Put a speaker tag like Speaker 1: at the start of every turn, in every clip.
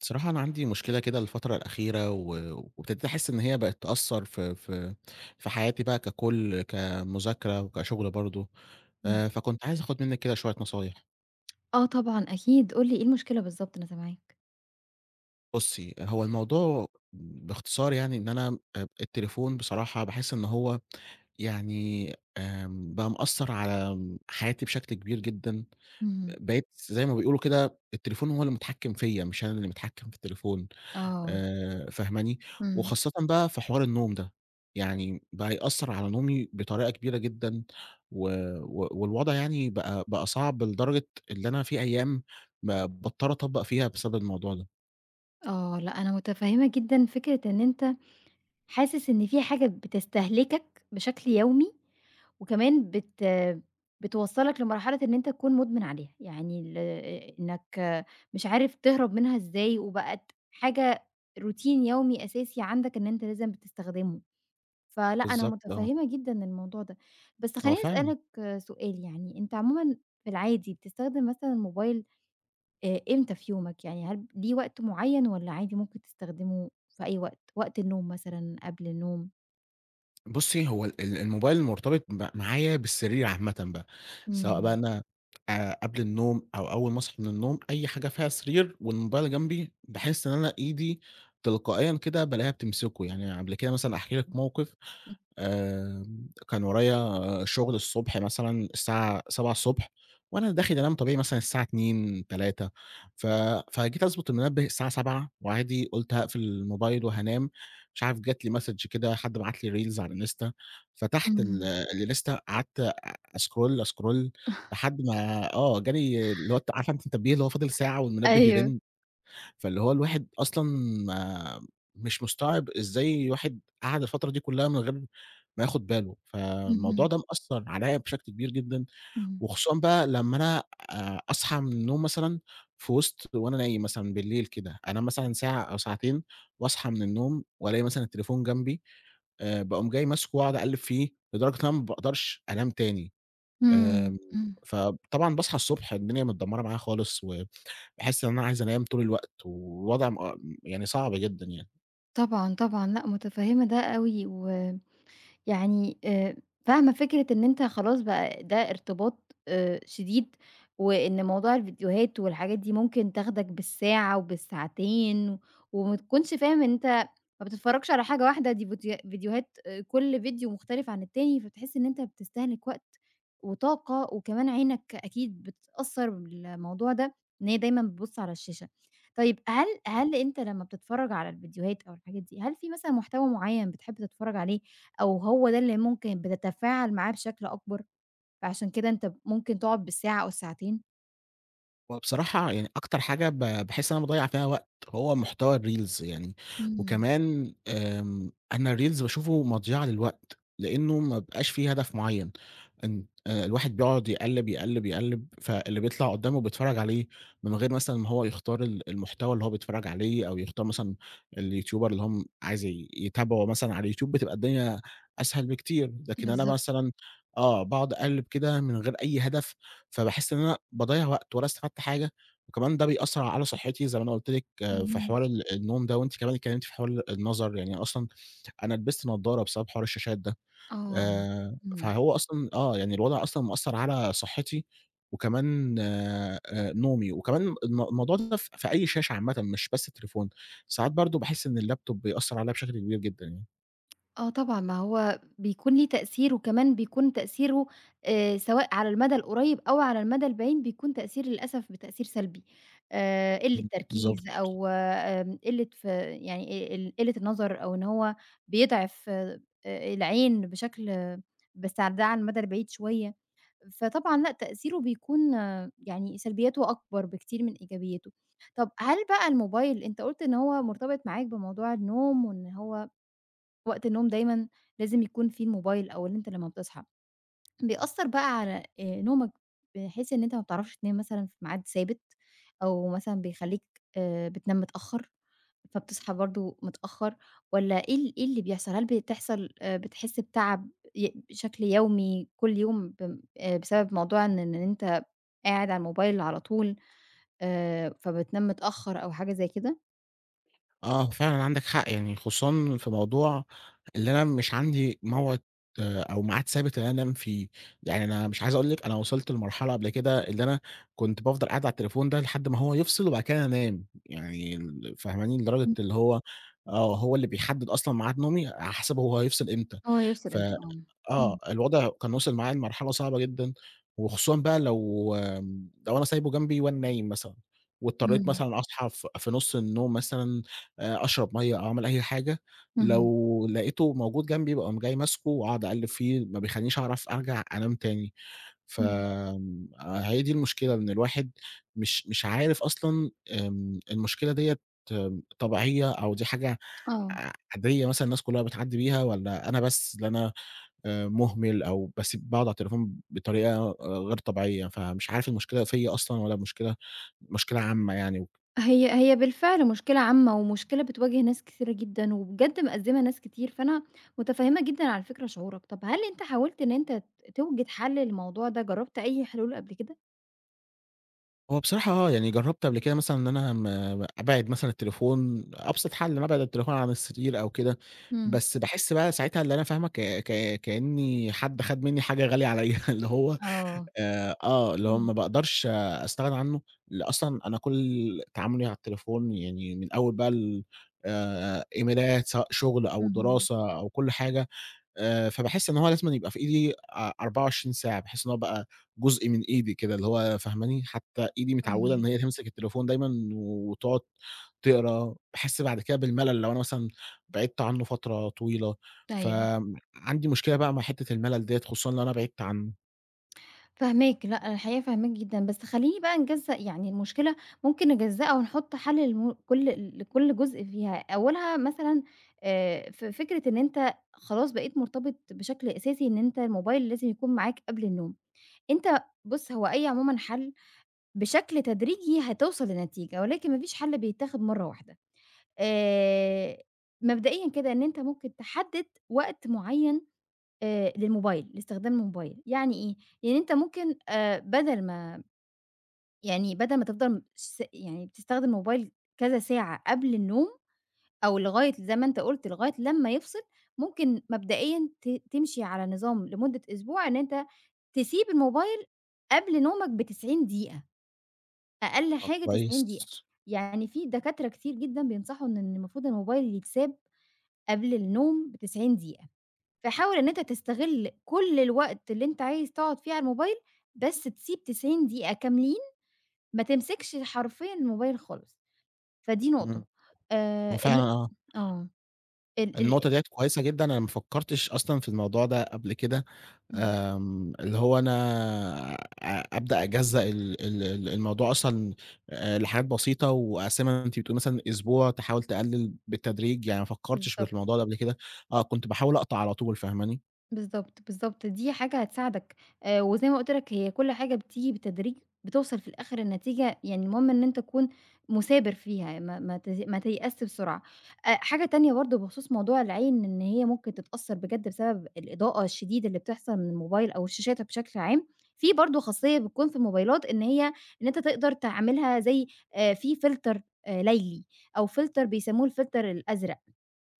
Speaker 1: بصراحة أنا عندي مشكلة كده الفترة الأخيرة وابتديت أحس إن هي بقت تأثر في حياتي بقى ككل كمذاكرة وكشغل برضه.
Speaker 2: إمم.
Speaker 1: آه، فكنت عايز آخد منك كده شوية نصايح.
Speaker 2: آه طبعًا أكيد، قُل لي إيه المشكلة بالضبط، أنا سامعاك.
Speaker 1: بُصّي، هو الموضوع باختصار يعني إن أنا التليفون بصراحة باحس إن هو يعني بقى مأثر على حياتي بشكل كبير جدًا.
Speaker 2: اهم.
Speaker 1: بقيت زي ما بيقولوا كده التليفون هو اللي متحكم فيّا مش أنا اللي متحكم في التليفون.
Speaker 2: آه.
Speaker 1: فاهماني؟
Speaker 2: إمم.
Speaker 1: وخاصةً بقى في حوار النوم ده، يعني بقى يأثّر على نومي بطريقة كبيرة جدًا و و والوضع يعني بقى صعب لدرجة اللي أنا في أيام باضطر أطبّق فيها بسبب الموضوع ده.
Speaker 2: آه، لأ أنا متفهّمة جدًا فكرة إن أنت حاسس إن في حاجة بتستهلكك بشكل يومي، وكمان بتوصّلك لمرحلة إن أنت تكون مدمن عليها، يعني ال إنك مش عارف تهرب منها إزاي، وبقت حاجة روتين يومي أساسي عندك إن أنت لازم بتستخدمه. فلأ، أنا
Speaker 1: بالضبط آه،
Speaker 2: متفهّمة جدًا الموضوع ده. بس
Speaker 1: هو
Speaker 2: خلّيني
Speaker 1: فعلًا.
Speaker 2: أسألك سؤال يعني، أنت عمومًا في العادي بتستخدم مثلًا الموبايل إمتى في يومك؟ يعني هل ليه وقت معيّن والّا عادي ممكن تستخدمه في أي وقت؟ وقت النوم مثلًا، قبل النوم؟
Speaker 1: بُصّي، هو ال ال الموبايل مرتبط معايا بالسرير عامةً بقى، سواء بقى
Speaker 2: إمم.
Speaker 1: أنا قبل النوم أو أول ما أصحى من النوم، أي حاجة فيها سرير والموبايل جنبي، باحس إن أنا إيدي تلقائيًا كده بالاقيها بتمسكه، يعني قبل كده مثلًا أحكي لِك موقف. كان ورايا شغل الصبح مثلًا الساعة 7:00 وأنا داخل أنام طبيعي مثلًا الساعة 02:00، 03:00 ف فجيت أضبط المنبه الساعة 07:00 وعادي قُلت هاقفل الموبايل وهانام. مش عارف جات لي message كده حد بعت لي reels على الإنستا، فتحت
Speaker 2: إمم.
Speaker 1: الإنستا قعدت أ أscroll، أscroll لحد ما جالي اللي هو عارفة أنتِ التنبيه اللي هو فاضل ساعة والمنبه
Speaker 2: أيوه.
Speaker 1: يرن؟ فاللي هو الواحد أصلًا ما مش مستوعب إزاي واحد قعد الفترة دي كلّها من غير ما ياخد باله، فالموضوع
Speaker 2: اهم،
Speaker 1: ده مأثّر عليَّ بشكل كبير جدًا.
Speaker 2: إمم.
Speaker 1: وخصوصًا بقى لمّا أنا أصحى من النوم مثلًا في وسط وأنا نايم مثلًا بالليل كده، أنام مثلًا ساعة أو ساعتين واصحى من النوم وألاقي مثلًا التليفون جنبي، باقوم جاي ماسكه واقعد أقلّب فيه لدرجة إن أنا ما باقدرش أنام تاني.
Speaker 2: إمم،
Speaker 1: آمم
Speaker 2: إمم.
Speaker 1: فطبعًا باصحى الصبح الدنيا متدمّرة معايا خالص و باحس إن أنا عايز أنام طول الوقت، ووضع يعني صعب جدًا يعني.
Speaker 2: طبعًا، طبعًا، لأ متفهّمة ده أوي يعني فاهمة فكرة إن أنت خلاص بقى ده ارتباط شديد، وإن موضوع الفيديوهات والحاجات دي ممكن تاخدك بالساعة وبالساعتين، وما تكونش فاهم إن أنت ما بتتفرّجش على حاجة واحدة دي فيديوهات كل فيديو مختلف عن التاني، فبتحس إن أنت بتستهلك وقت وطاقة، وكمان عينك أكيد بتتأثّر بالموضوع ده، إن هي دايمًا بتبُص على الشاشة. طيب هل أنت لمّا بتتفرّج على الفيديوهات أو الحاجات دي، هل في مثلًا محتوى معيّن بتحب تتفرّج عليه أو هو ده اللي ممكن بتتفاعل معاه بشكل أكبر، فعشان كده أنت ممكن تقعد بالساعة أو الساعتين؟
Speaker 1: وبصراحة يعني أكتر حاجة باحس إن أنا باضيّع فيها وقت هو محتوى الreels يعني.
Speaker 2: إمم،
Speaker 1: وكمان أنا الreels باشوفه مضيَعة للوقت، لإنه ما بيبقاش فيه هدف معيّن، إن الواحد بيقعد يقلِّب، يقلِّب، يقلِّب، فاللي بيطلع قدّامه بيتفرّج عليه من غير مثلًا ما هو يختار المحتوى اللي هو بيتفرّج عليه أو يختار مثلًا اليوتيوبر اللي هو عايز يتابعه مثلًا على اليوتيوب بتبقى الدنيا أسهل بكتير، لكن أنا
Speaker 2: بالضبط،
Speaker 1: مثلًا باقعد أقلِّب كده من غير أي هدف فباحس إن أنا باضيّع وقت ولا استفدت حاجة. وكمان ده بيأثّر على صحّتي زي ما أنا قُلت لِك في
Speaker 2: اهم،
Speaker 1: حوار النوم ده، وأنتِ كمان اتكلّمتِ في حوار النَظَر، يعني أصلًا أنا لبست نضّارة بسبب حوار الشاشات ده.
Speaker 2: آه، إمم،
Speaker 1: فهو أصلًا يعني الوضع أصلًا مأثّر على صحّتي وكمان نومي، وكمان الموضوع ده في أي شاشة عامةً مش بس التليفون، ساعات برضه باحس إن اللابتوب بيأثّر عليّا بشكل كبير جدًا يعني.
Speaker 2: آه طبعًا، ما هو بيكون ليه تأثير، وكمان بيكون تأثيره سواء على المدى القريب أو على المدى البعيد بيكون تأثير للأسف بتأثير سلبي، قلة
Speaker 1: إمم، بالضبط.
Speaker 2: تركيز أو قلة ف يعني ال قلة النظر أو إن هو بيضعف العين بشكل بس ده على المدى البعيد شوية. فطبعًا لأ، تأثيره بيكون يعني سلبياته أكبر بكتير من إيجابياته. طب هل بقى الموبايل أنت قُلت إن هو مرتبط معاك بموضوع النوم، وإن هو وقت النوم دايمًا لازم يكون في الموبايل أو إن أنت لمّا بتصحى، بيأثّر بقى على نومك بحيث إن أنت ما بتعرفش تنام مثلًا في ميعاد ثابت، أو مثلًا بيخلّيك بتنام متأخّر؟ فبتصحى برضه متأخّر والّا إيه ال إيه اللي بيحصل؟ هل بتحصل بتحس بتعب بشكل يومي كل يوم ب بسبب موضوع إن أنت قاعد على الموبايل على طول فبتنام متأخّر أو حاجة زي كده؟
Speaker 1: آه، فعلًا عندك حق، يعني خصوصًا في موضوع اللي أنا مش عندي موعد أو ميعاد ثابت إن أنا أنام فيه. يعني أنا مش عايز أقول لِك أنا وصلت لمرحلة قبل كده اللي أنا كنت بافضل قاعد على التليفون ده لحد ما هو يفصل وبعد كده أنام، يعني فاهماني؟ لدرجة
Speaker 2: إمم.
Speaker 1: اللي هو هو اللي بيحدد أصلًا ميعاد نومي على حسب هو هيفصل إمتى.
Speaker 2: هو يوصل
Speaker 1: ف
Speaker 2: إمتى؟ آه.
Speaker 1: آه،
Speaker 2: إمم.
Speaker 1: الوضع كان وصل معايا لمرحلة صعبة جدًا. وخصوصًا بقى لو لو أنا سايبه جنبي وأنا نايم مثلًا،
Speaker 2: إمم.
Speaker 1: واضطريت
Speaker 2: اهم.
Speaker 1: مثلًا أصحى في نُص النوم مثلًا أشرب مَيّة أو أعمل أي حاجة.
Speaker 2: اهم.
Speaker 1: لو لقيته موجود جنبي باقوم جاي ماسكه وأقعد أقلّب فيه، ما بيخلّينيش أعرف أرجع أنام تاني. ف
Speaker 2: إمم.
Speaker 1: آمم، هي دي المشكلة إن الواحد مش عارف أصلًا المشكلة ديّة طبيعية أو دي حاجة
Speaker 2: آه.
Speaker 1: عادية مثلًا الناس كلّها بتعدّي بيها والّا أنا بس اللي أنا مهمل أو باسيب باقعد على التليفون بطريقة غير طبيعية، فمش عارف المشكلة فيّا أصلًا والّا المشكلة مشكلة عامة يعني و
Speaker 2: هي بالفعل مشكلة عامة، ومشكلة بتواجه ناس كتيرة جدًا، وبجد مأزمة ناس كتير، فأنا متفهمة جدًا على فكرة شعورك. طب هل أنت حاولت إن أنت توجد حل للموضوع ده؟ جربت أي حلول قبل كده؟
Speaker 1: هو بصراحة يعني جرّبت قبل كده مثلًا إن أنا أبعِّد مثلًا التليفون أبسط حل أبعِّد التليفون عن السرير أو كده.
Speaker 2: إمم.
Speaker 1: بس باحس بقى ساعتها اللي أنا فاهمة ك ك كإنّي حد خَد منّي حاجة غالية عليّا اللي هو
Speaker 2: آه.
Speaker 1: آآ آه، اللي هو
Speaker 2: إمم.
Speaker 1: ما باقدرش أستغنى عنّه. أصلًا أنا كل تعامُلي على التليفون يعني من أول بقى ال إيميلات سواء شُغل
Speaker 2: اهم،
Speaker 1: أو
Speaker 2: إمم.
Speaker 1: دراسة أو كل حاجة فباحس إن هو لازمًا يبقى في إيدي 24 ساعة، بحيث إن هو بقى جزء من إيدي كده، اللي هو فاهماني؟ حتى إيدي متعودة
Speaker 2: إمم.
Speaker 1: إن هي تمسك التليفون دايمًا وتقعد تقرا، باحس بعد كده بالملل لو أنا مثلًا بعدت عنه فترة طويلة،
Speaker 2: أيوه.
Speaker 1: فعندي مشكلة بقى مع حتة الملل ديّة، خصوصًا لو أنا بعدت عنه.
Speaker 2: فاهماك، لأ الحقيقة فاهماك جدًا، بس خلّيني بقى نجزّأ يعني المشكلة ممكن نجزّأها ونحُط حَل لم كل لكل جزء فيها، أولها مثلًا ف فكرة إن أنت خلاص بقيت مرتبط بشكل أساسي إن أنت الموبايل لازم يكون معاك قبل النوم، أنت بُص هو أي عمومًا حَل بشكل تدريجي هتوصل لنتيجة، ولكن ما فيش حَل بيتاخد مرّة واحدة، آآ مبدئيًا كده إن أنت ممكن تحدد وقت معيّن للموبايل، لاستخدام الموبايل، يعني إيه؟ يعني أنت ممكن بدل ما تفضل س يعني بتستخدم الموبايل كذا ساعة قبل النوم أو لغاية زي ما أنت قُلت لغاية لمّا يفصل، ممكن مبدئيًا تمشي على نظام لمدة أسبوع إن أنت تسيب الموبايل قبل نومك ب90 دقيقة، أقل
Speaker 1: طب
Speaker 2: حاجة 90
Speaker 1: كويس،
Speaker 2: دقيقة، يعني في دكاترة كتير جدًا بينصحوا إن المفروض الموبايل يتساب قبل النوم ب90 دقيقة. فحاول إن أنت تستغل كل الوقت اللي أنت عايز تقعد فيه على الموبايل، بس تسيب 90 دقيقة كاملين ما تمسكش حرفيًا الموبايل خالص، فدي نقطة.
Speaker 1: إمم، هو
Speaker 2: الن
Speaker 1: فعلًا آه.
Speaker 2: آه، ال ال
Speaker 1: النقطة ديّة كويسة جدًا، أنا ما فكّرتش أصلًا في الموضوع ده قبل كده،
Speaker 2: إمم،
Speaker 1: اللي هو أنا أبدأ أجزّأ ال ال ال الموضوع أصلًا لحاجات بسيطة وأقسّمها أنتِ بتقولي مثلًا أسبوع تحاول تقلّل بالتدريج، يعني ما فكّرتش في
Speaker 2: بالضبط.
Speaker 1: الموضوع ده قبل كده. آه، كنت باحاول أقطع على طول فاهماني؟
Speaker 2: بالضبط، بالضبط، دي حاجة هتساعدك، وزي ما قُلت لك هي كل حاجة بتيجي بالتدريج، بتوصل في الآخر النتيجة يعني المهم إن أنت تكون مثابر فيها، ما تيأسش بسرعة. حاجة تانية برضه بخصوص موضوع العين إن هي ممكن تتأثر بجد بسبب الإضاءة الشديدة اللي بتحصل من الموبايل أو الشاشات بشكل عام، في برضه خاصية بتكون في الموبايلات إن أنت تقدر تعملها زي في فلتر ليلي أو فلتر بيسموه الفلتر الأزرق.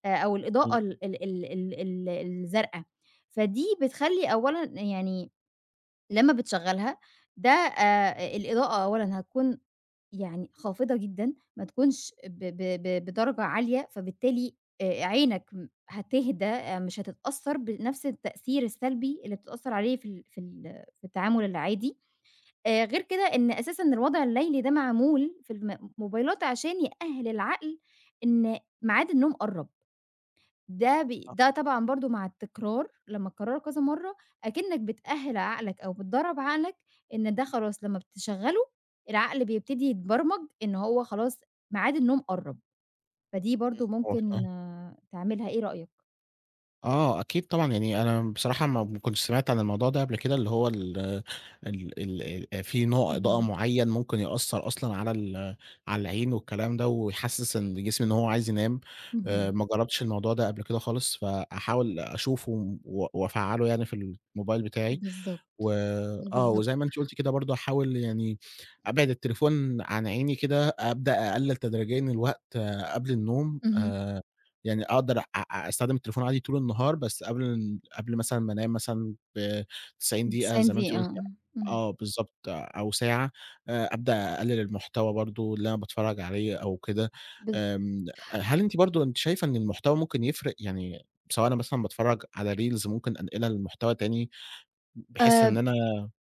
Speaker 2: أو الإضاءة
Speaker 1: إمم،
Speaker 2: ال ال ال ال ال الزرقا، فدي بتخلّي أولًا يعني لمّا بتشغّلها ده الإضاءة أولًا هتكون يعني خافضة جدًا، ما تكونش ب ب ب بدرجة عالية، فبالتالي عينك هتهدى مش هتتأثّر بنفْس التأثير السلبي اللي بتتأثّر عليه في التعامل العادي، غير كده إن أساسًا الوضع الليلي ده معمول في موبايلات عشان يأهّل العقل إن ميعاد النوم قرّب. ده ده طبعًا برضه مع التكرار، لمّا تكرّره كذا مرّة أكنّك بتأهِّل عقلك أو بتدرّب عقلك إن ده خلاص لمّا بتشغّله العقل بيبتدي يتبرمج إن هو خلاص ميعاد النوم قرّب، فدي برضه
Speaker 1: هو ف
Speaker 2: ممكن تعملها، إيه رأيك؟
Speaker 1: آه، أكيد طبعًا، يعني أنا بصراحة ما كنتش سمعت عن الموضوع ده قبل كده، اللي هو ال ال ال في نوع إضاءة
Speaker 2: اهم،
Speaker 1: معيّن ممكن يأثّر أصلًا على على العين والكلام ده، ويحسّس إن الجسم إن هو عايز ينام.
Speaker 2: اهم،
Speaker 1: ما جرّبتش الموضوع ده قبل كده خالص، فهاحاول أشوفه وأفعّله يعني في الموبايل بتاعي. و
Speaker 2: بالضبط،
Speaker 1: آه، وزي
Speaker 2: بالضبط،
Speaker 1: ما أنتِ قُلتِ كده برضه أحاول يعني أبعد التليفون عن عيني كده، أبدأ أقلل تدريجيًا الوقت قبل النوم،
Speaker 2: اهم،
Speaker 1: يعني أقدر أ أ أستخدم التليفون عادي طول النهار، بس قبل قبل مثلًا ما أنام مثلًا ب90 دقيقة
Speaker 2: 90
Speaker 1: زي ما أنتِ
Speaker 2: دقيقة،
Speaker 1: قُلتِ
Speaker 2: آه، إمم.
Speaker 1: آه، بالضبط أو ساعة، أبدأ أقلل المحتوى برضه اللي أنا باتفرج عليه أو كده.
Speaker 2: بالض
Speaker 1: آمم، هل أنتِ برضه أنتِ شايفة إن المحتوى ممكن يفرق؟ يعني سواء أنا مثلًا باتفرج على reels ممكن أنقلها لمحتوى تاني بحيث
Speaker 2: آآ،
Speaker 1: إن أنا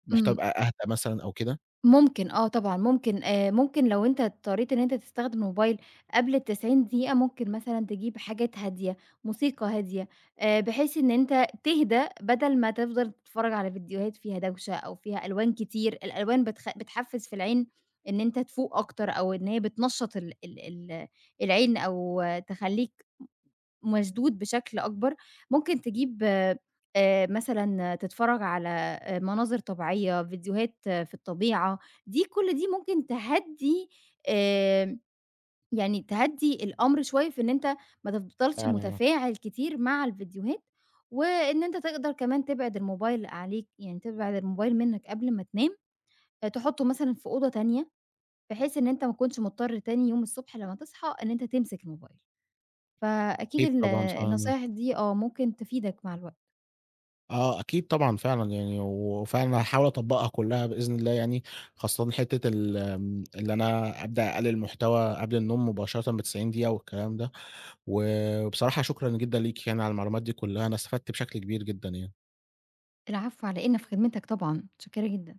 Speaker 1: محتاج
Speaker 2: إمم.
Speaker 1: أبقى أهدى مثلًا أو كده.
Speaker 2: ممكن آه طبعًا، ممكن ممكن لو أنت اضطريت إن أنت تستخدم الموبايل قبل ال90 دقيقة، ممكن مثلًا تجيب حاجات هادية، موسيقى هادية، بحيث إن أنت تهدى بدل ما تفضل تتفرّج على فيديوهات فيها دوشة أو فيها ألوان كتير، الألوان بتحفّز في العين إن أنت تفوق أكتر أو إن هي بتنشّط ال ال ال العين أو تخلّيك مشدود بشكل أكبر، ممكن تجيب مثلًا تتفرّج على مناظر طبيعية، فيديوهات في الطبيعة، دي كل دي ممكن تهدّي آآ يعني تهدّي الأمر شوية في إن أنت ما تفضلش
Speaker 1: فعلًا آه.
Speaker 2: متفاعل كتير مع الفيديوهات، وإن أنت تقدر كمان تبعد الموبايل عليك، يعني تبعد الموبايل منّك قبل ما تنام، آه، تحطّه مثلًا في أوضة تانية، بحيث إن أنت ما تكونش مضطر تاني يوم الصبح لمّا تصحى إن أنت تمسك الموبايل. فأكيد
Speaker 1: أكيد طبعًا، فعلًا.
Speaker 2: النصايح دي ممكن تفيدك مع الوقت.
Speaker 1: آه، آه، أكيد طبعًا فعلًا يعني، وفعلًا هاحاول أطبّقها كلّها بإذن الله يعني، خاصةً حتّة ال آمم، اللي أنا أبدأ أقلل محتوى قبل النوم مباشرةً ب90 دقيقة والكلام ده. و وبصراحة شكرًا جدًا ليكِ يعني على المعلومات دي كلّها، أنا استفدت بشكل كبير جدًا يعني.
Speaker 2: العفو على إيه، أنا في خدمتك طبعًا، متشكرة جدًا.